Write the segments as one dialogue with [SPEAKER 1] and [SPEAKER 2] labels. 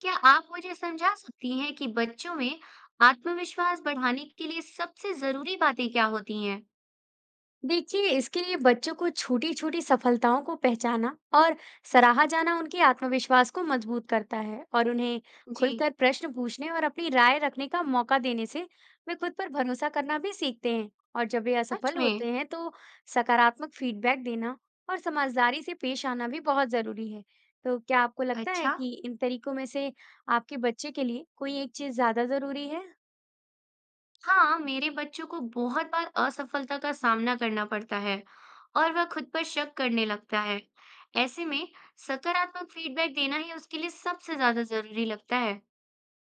[SPEAKER 1] क्या आप मुझे समझा सकती हैं कि बच्चों में आत्मविश्वास बढ़ाने के लिए सबसे जरूरी बातें क्या होती हैं?
[SPEAKER 2] देखिए, इसके लिए बच्चों को छोटी छोटी सफलताओं को पहचाना और सराहा जाना उनके आत्मविश्वास को मजबूत करता है। और उन्हें
[SPEAKER 1] जी।
[SPEAKER 2] खुलकर प्रश्न पूछने और अपनी राय रखने का मौका देने से वे खुद पर भरोसा करना भी सीखते हैं। और जब वे
[SPEAKER 1] सच
[SPEAKER 2] असफल होते
[SPEAKER 1] में?
[SPEAKER 2] हैं तो सकारात्मक फीडबैक देना और समझदारी से पेश आना भी बहुत जरूरी है। तो क्या आपको लगता है
[SPEAKER 1] अच्छा।
[SPEAKER 2] कि इन तरीकों में से आपके बच्चे के लिए कोई एक चीज ज्यादा जरूरी है?
[SPEAKER 1] हाँ, मेरे बच्चों को बहुत बार असफलता का सामना करना पड़ता है और वह खुद पर शक करने लगता है। ऐसे में सकारात्मक फीडबैक देना ही उसके लिए सबसे ज्यादा जरूरी लगता है।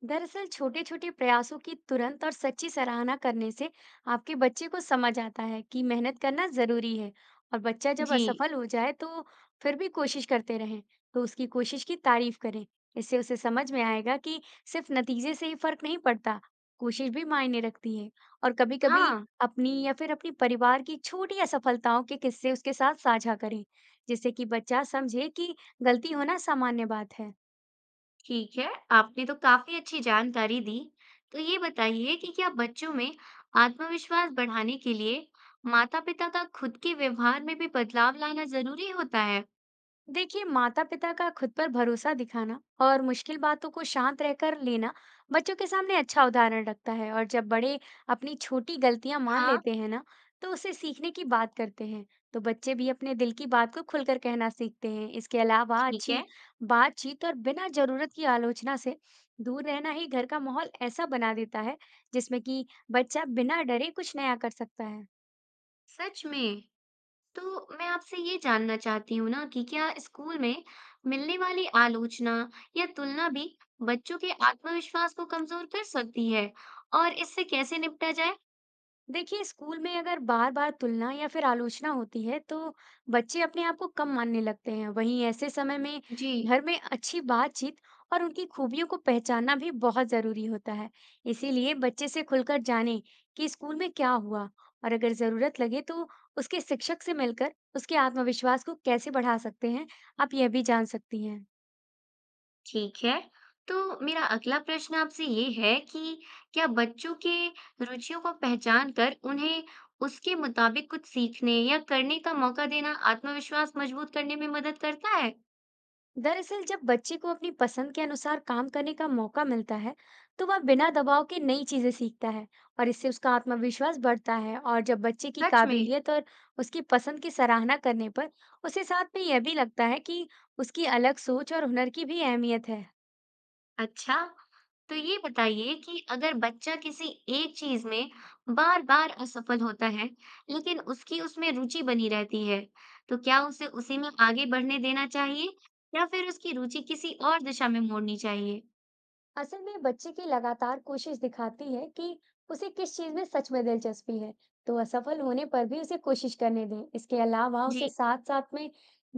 [SPEAKER 2] दरअसल छोटे छोटे प्रयासों की तुरंत और सच्ची सराहना करने से आपके बच्चे को समझ आता है कि मेहनत करना जरूरी है। और बच्चा जब
[SPEAKER 1] जी
[SPEAKER 2] असफल हो जाए तो फिर भी कोशिश करते रहें, तो उसकी कोशिश की तारीफ करें। इससे उसे समझ में आएगा कि सिर्फ नतीजे से ही फर्क नहीं पड़ता, कोशिश भी मायने रखती है। और कभी कभी
[SPEAKER 1] हाँ।
[SPEAKER 2] अपनी या फिर अपनी परिवार की छोटी असफलताओं के किस्से उसके साथ साझा करें, जिससे कि बच्चा समझे कि गलती होना सामान्य बात है।
[SPEAKER 1] ठीक है। आपने तो काफी अच्छी जानकारी दी। तो ये बताइए कि क्या बच्चों में आत्मविश्वास बढ़ाने के लिए माता-पिता का खुद के व्यवहार में भी बदलाव लाना जरूरी होता है?
[SPEAKER 2] देखिए, माता-पिता का खुद पर भरोसा दिखाना और मुश्किल बातों को शांत रहकर लेना बच्चों के सामने अच्छा उदाहरण रखता है। और जब बड़े अपनी छोटी गलतियां मान
[SPEAKER 1] हाँ।
[SPEAKER 2] लेते हैं ना तो उसे सीखने की बात करते हैं, तो बच्चे भी अपने दिल की बात को खुलकर कहना सीखते हैं। इसके अलावा
[SPEAKER 1] ठीक है।
[SPEAKER 2] अच्छी बातचीत और बिना जरूरत की आलोचना से दूर रहना ही घर का माहौल ऐसा बना देता है जिसमें कि बच्चा बिना डरे कुछ नया कर सकता है।
[SPEAKER 1] सच में। तो मैं आपसे ये जानना चाहती हूँ ना कि क्या स्कूल में मिलने वाली आलोचना या तुलना भी बच्चों के आत्मविश्वास को कमजोर कर सकती है और इससे कैसे निपटा जाए?
[SPEAKER 2] देखिए, स्कूल में अगर बार बार तुलना या फिर आलोचना होती है तो बच्चे अपने आप को कम मानने लगते हैं। वहीं ऐसे समय में
[SPEAKER 1] जी।
[SPEAKER 2] घर में अच्छी बातचीत और उनकी खूबियों को पहचानना भी बहुत जरूरी होता है। इसीलिए बच्चे से खुलकर जाने कि स्कूल में क्या हुआ। और अगर जरूरत लगे तो उसके शिक्षक से मिलकर उसके आत्मविश्वास को कैसे बढ़ा सकते हैं, आप यह भी जान सकती हैं।
[SPEAKER 1] ठीक है। तो मेरा अगला प्रश्न आपसे ये है कि क्या बच्चों के रुचियों को पहचान कर उन्हें उसके मुताबिक कुछ सीखने या करने का मौका देना आत्मविश्वास मजबूत करने में मदद करता है?
[SPEAKER 2] दरअसल जब बच्चे को अपनी पसंद के अनुसार काम करने का मौका मिलता है, तो वह बिना दबाव के नई चीजें सीखता है और इससे उसका आत्मविश्वास बढ़ता है। और जब बच्चे की
[SPEAKER 1] सच में?
[SPEAKER 2] काबिलियत और उसकी पसंद की सराहना करने पर उसे साथ में यह भी लगता है कि उसकी अलग सोच और हुनर की भी अहमियत है।
[SPEAKER 1] अच्छा, तो ये बताइए कि अगर बच्चा किसी एक चीज में बार-बार असफल होता है, लेकिन उसकी उसमें रुचि बनी रहती है, तो क्या उसे उसी में आगे बढ़ने देना चाहिए या फिर उसकी रुचि किसी और दिशा में मोड़नी चाहिए?
[SPEAKER 2] असल में बच्चे की लगातार कोशिश दिखाती है कि उसे किस चीज में सच में दिलचस्पी है, तो असफल होने पर भी उसे कोशिश करने दें। इसके अलावा
[SPEAKER 1] जी।
[SPEAKER 2] उसे साथ साथ में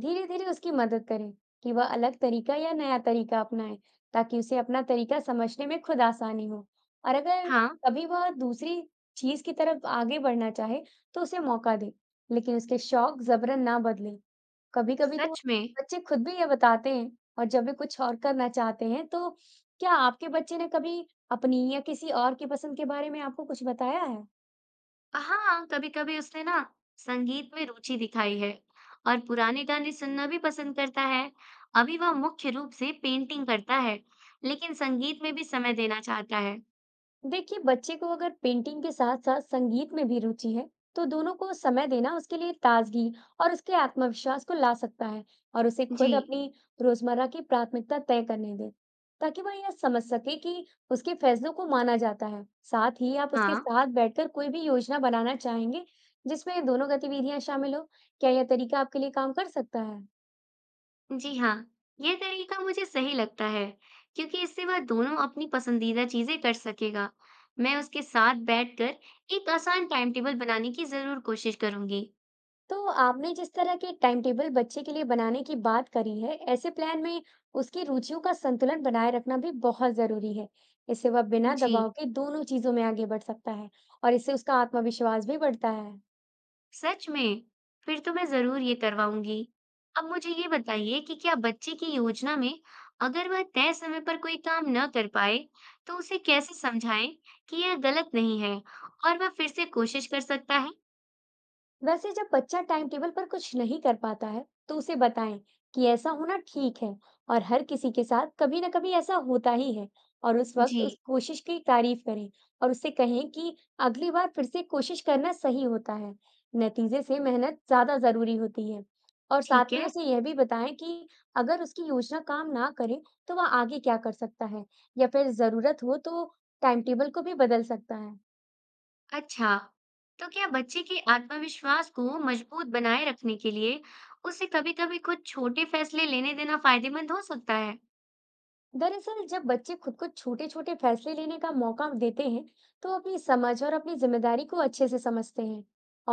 [SPEAKER 2] धीरे धीरे उसकी मदद करें कि वह अलग तरीका या नया तरीका अपनाए, ताकि उसे अपना तरीका समझने में खुद आसानी हो। और अगर
[SPEAKER 1] हाँ।
[SPEAKER 2] कभी वह दूसरी चीज की तरफ आगे बढ़ना चाहे तो उसे मौका दें, लेकिन उसके शौक जबरन ना बदलें। कभी कभी तो
[SPEAKER 1] सच में।
[SPEAKER 2] बच्चे खुद भी ये बताते हैं। और जब वे कुछ और करना चाहते हैं तो क्या आपके बच्चे ने कभी अपनी या किसी और की पसंद के बारे में आपको कुछ बताया है?
[SPEAKER 1] हाँ, कभी-कभी उसने ना संगीत में रुचि दिखाई है और पुराने गाने सुनना भी पसंद करता है। अभी वह मुख्य रूप से पेंटिंग करता है लेकिन संगीत में भी समय देना चाहता है।
[SPEAKER 2] देखिए, बच्चे को अगर पेंटिंग के साथ-साथ संगीत में भी रुचि है, तो दोनों को समय देना उसके लिए ताजगी और उसके आत्मविश्वास को ला सकता है। और उसे
[SPEAKER 1] जी।
[SPEAKER 2] खुद अपनी रोजमर्रा की प्राथमिकता तय करने दें, ताकि वह यह समझ सके कि उसके फैसलों को माना जाता है। साथ ही आप उसके
[SPEAKER 1] हाँ।
[SPEAKER 2] साथ बैठकर कोई भी योजना बनाना चाहेंगे, जिसमें दोनों गतिविधियां शामिल हो। क्या यह तरीका आपके लिए काम कर सकता है?
[SPEAKER 1] जी हाँ, यह तरीका मुझे सही लगता है क्योंकि इससे वह दोनों अपनी पसंदीदा चीजें कर सकेगा। मैं उसके साथ बैठकर एक आसान टाइम टेबल बनाने की जरूर कोशिश करूंगी।
[SPEAKER 2] तो आपने जिस तरह के टाइम टेबल बच्चे के लिए बनाने की बात करी है, ऐसे प्लान में उसकी रुचियों का संतुलन बनाए रखना भी बहुत जरूरी है। इससे वह बिना
[SPEAKER 1] जी।
[SPEAKER 2] दबाव के दोनों चीजों में आगे बढ़ सकता है और इससे उसका आत्मविश्वास भी बढ़ता है।
[SPEAKER 1] सच में? फिर तो मैं ज़रूर ये करवाऊँगी। अब मुझे ये बताइए कि क्या बच्चे की योजना में अगर वह तय समय पर कोई काम न कर पाए, तो उसे कैसे समझाएँ कि यह गलत नहीं है और वह फिर से कोशिश कर सकता है?
[SPEAKER 2] वैसे जब बच्चा टाइम टेबल पर कुछ नहीं कर पाता है, तो उसे बताएं कि ऐसा होना ठीक है और हर किसी के साथ कभी ना कभी ऐसा होता ही है। और उस वक्त उस
[SPEAKER 1] जी।
[SPEAKER 2] कोशिश की तारीफ करें और उससे कहें कि अगली बार फिर से कोशिश करना सही होता है। नतीजे से मेहनत ज्यादा जरूरी होती है। और साथ
[SPEAKER 1] ठीक
[SPEAKER 2] में
[SPEAKER 1] है।
[SPEAKER 2] उसे यह भी बताएं कि अगर उसकी योजना काम ना करे तो वह आगे क्या कर सकता है, या फिर जरूरत हो तो टाइम टेबल को भी बदल सकता है।
[SPEAKER 1] अच्छा, तो क्या बच्चे के आत्मविश्वास को मजबूत बनाए रखने के लिए उसे कभी-कभी कुछ छोटे फैसले लेने देना फ़ायदेमंद हो सकता है?
[SPEAKER 2] दरअसल जब बच्चे खुद को छोटे छोटे फैसले लेने का मौका देते हैं तो अपनी समझ और अपनी जिम्मेदारी को अच्छे से समझते हैं।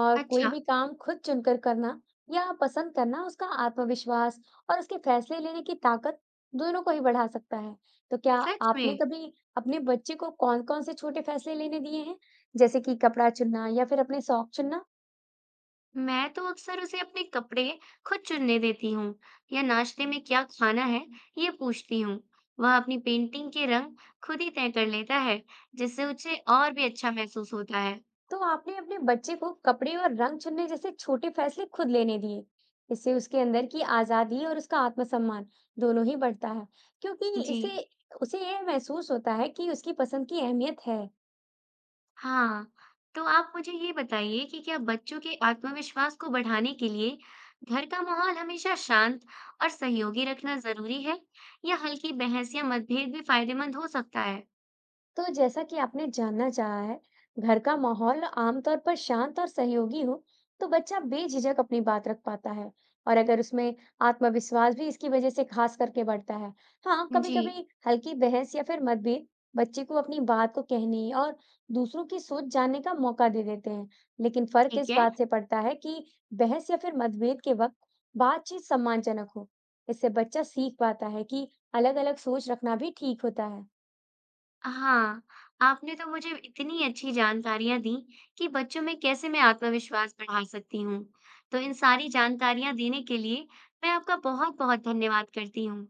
[SPEAKER 2] और कोई
[SPEAKER 1] अच्छा।
[SPEAKER 2] भी काम खुद चुनकर करना या पसंद करना उसका आत्मविश्वास और उसके फैसले लेने की ताकत दोनों को ही बढ़ा सकता है। तो क्या
[SPEAKER 1] सच
[SPEAKER 2] आपने
[SPEAKER 1] में?
[SPEAKER 2] कभी अपने बच्चे को कौन कौन से छोटे फैसले लेने दिए हैं, जैसे कि कपड़ा चुनना या फिर अपने शौक चुनना?
[SPEAKER 1] मैं तो अक्सर उसे अपने कपड़े खुद चुनने देती हूँ या नाश्ते में क्या खाना है ये पूछती हूँ। वह अपनी पेंटिंग के रंग खुद ही तय कर लेता है जिससे उसे और भी अच्छा महसूस होता है।
[SPEAKER 2] तो आपने अपने बच्चे को कपड़े और रंग चुनने जैसे छोटे फैसले खुद लेने दिए। इससे उसके अंदर की आजादी और उसका आत्मसम्मान दोनों ही बढ़ता है, क्योंकि
[SPEAKER 1] जी।
[SPEAKER 2] इसे उसे यह महसूस होता है कि उसकी पसंद की अहमियत है।
[SPEAKER 1] हाँ। तो आप मुझे ये बताइए कि क्या बच्चों के आत्मविश्वास को बढ़ाने के लिए घर का माहौल हमेशा शांत और सहयोगी रखना जरूरी है या हल्की बहस या मतभेद भी फायदेमंद हो सकता है?
[SPEAKER 2] तो जैसा कि आपने जानना चाहा है, घर का माहौल आमतौर पर शांत और सहयोगी हो, तो बच्चा बेझिझक अपनी बात रख पाता है। और अगर उसमें आत्मविश्वास भी इसकी वजह से खास करके बढ़ता है। हाँ,
[SPEAKER 1] जी।
[SPEAKER 2] कभी-कभी हल्की बहस या फिर मतभेद बच्चे को अपनी बात को कहने और दूसरों की सोच जानने का मौका दे देते हैं। लेकिन फर्क
[SPEAKER 1] ठीक
[SPEAKER 2] इस
[SPEAKER 1] है।
[SPEAKER 2] बात से पड़ता है कि बहस या फिर मतभेद के वक्त बातचीत सम्मानजनक हो। इससे बच्चा सीख पाता है कि अलग-अलग सोच रखना भी ठीक होता है।
[SPEAKER 1] हाँ, आपने तो मुझे इतनी अच्छी जानकारियाँ दी कि बच्चों में कैसे मैं आत्मविश्वास बढ़ा सकती हूँ। तो इन सारी जानकारियाँ देने के लिए मैं आपका बहुत बहुत धन्यवाद करती हूँ।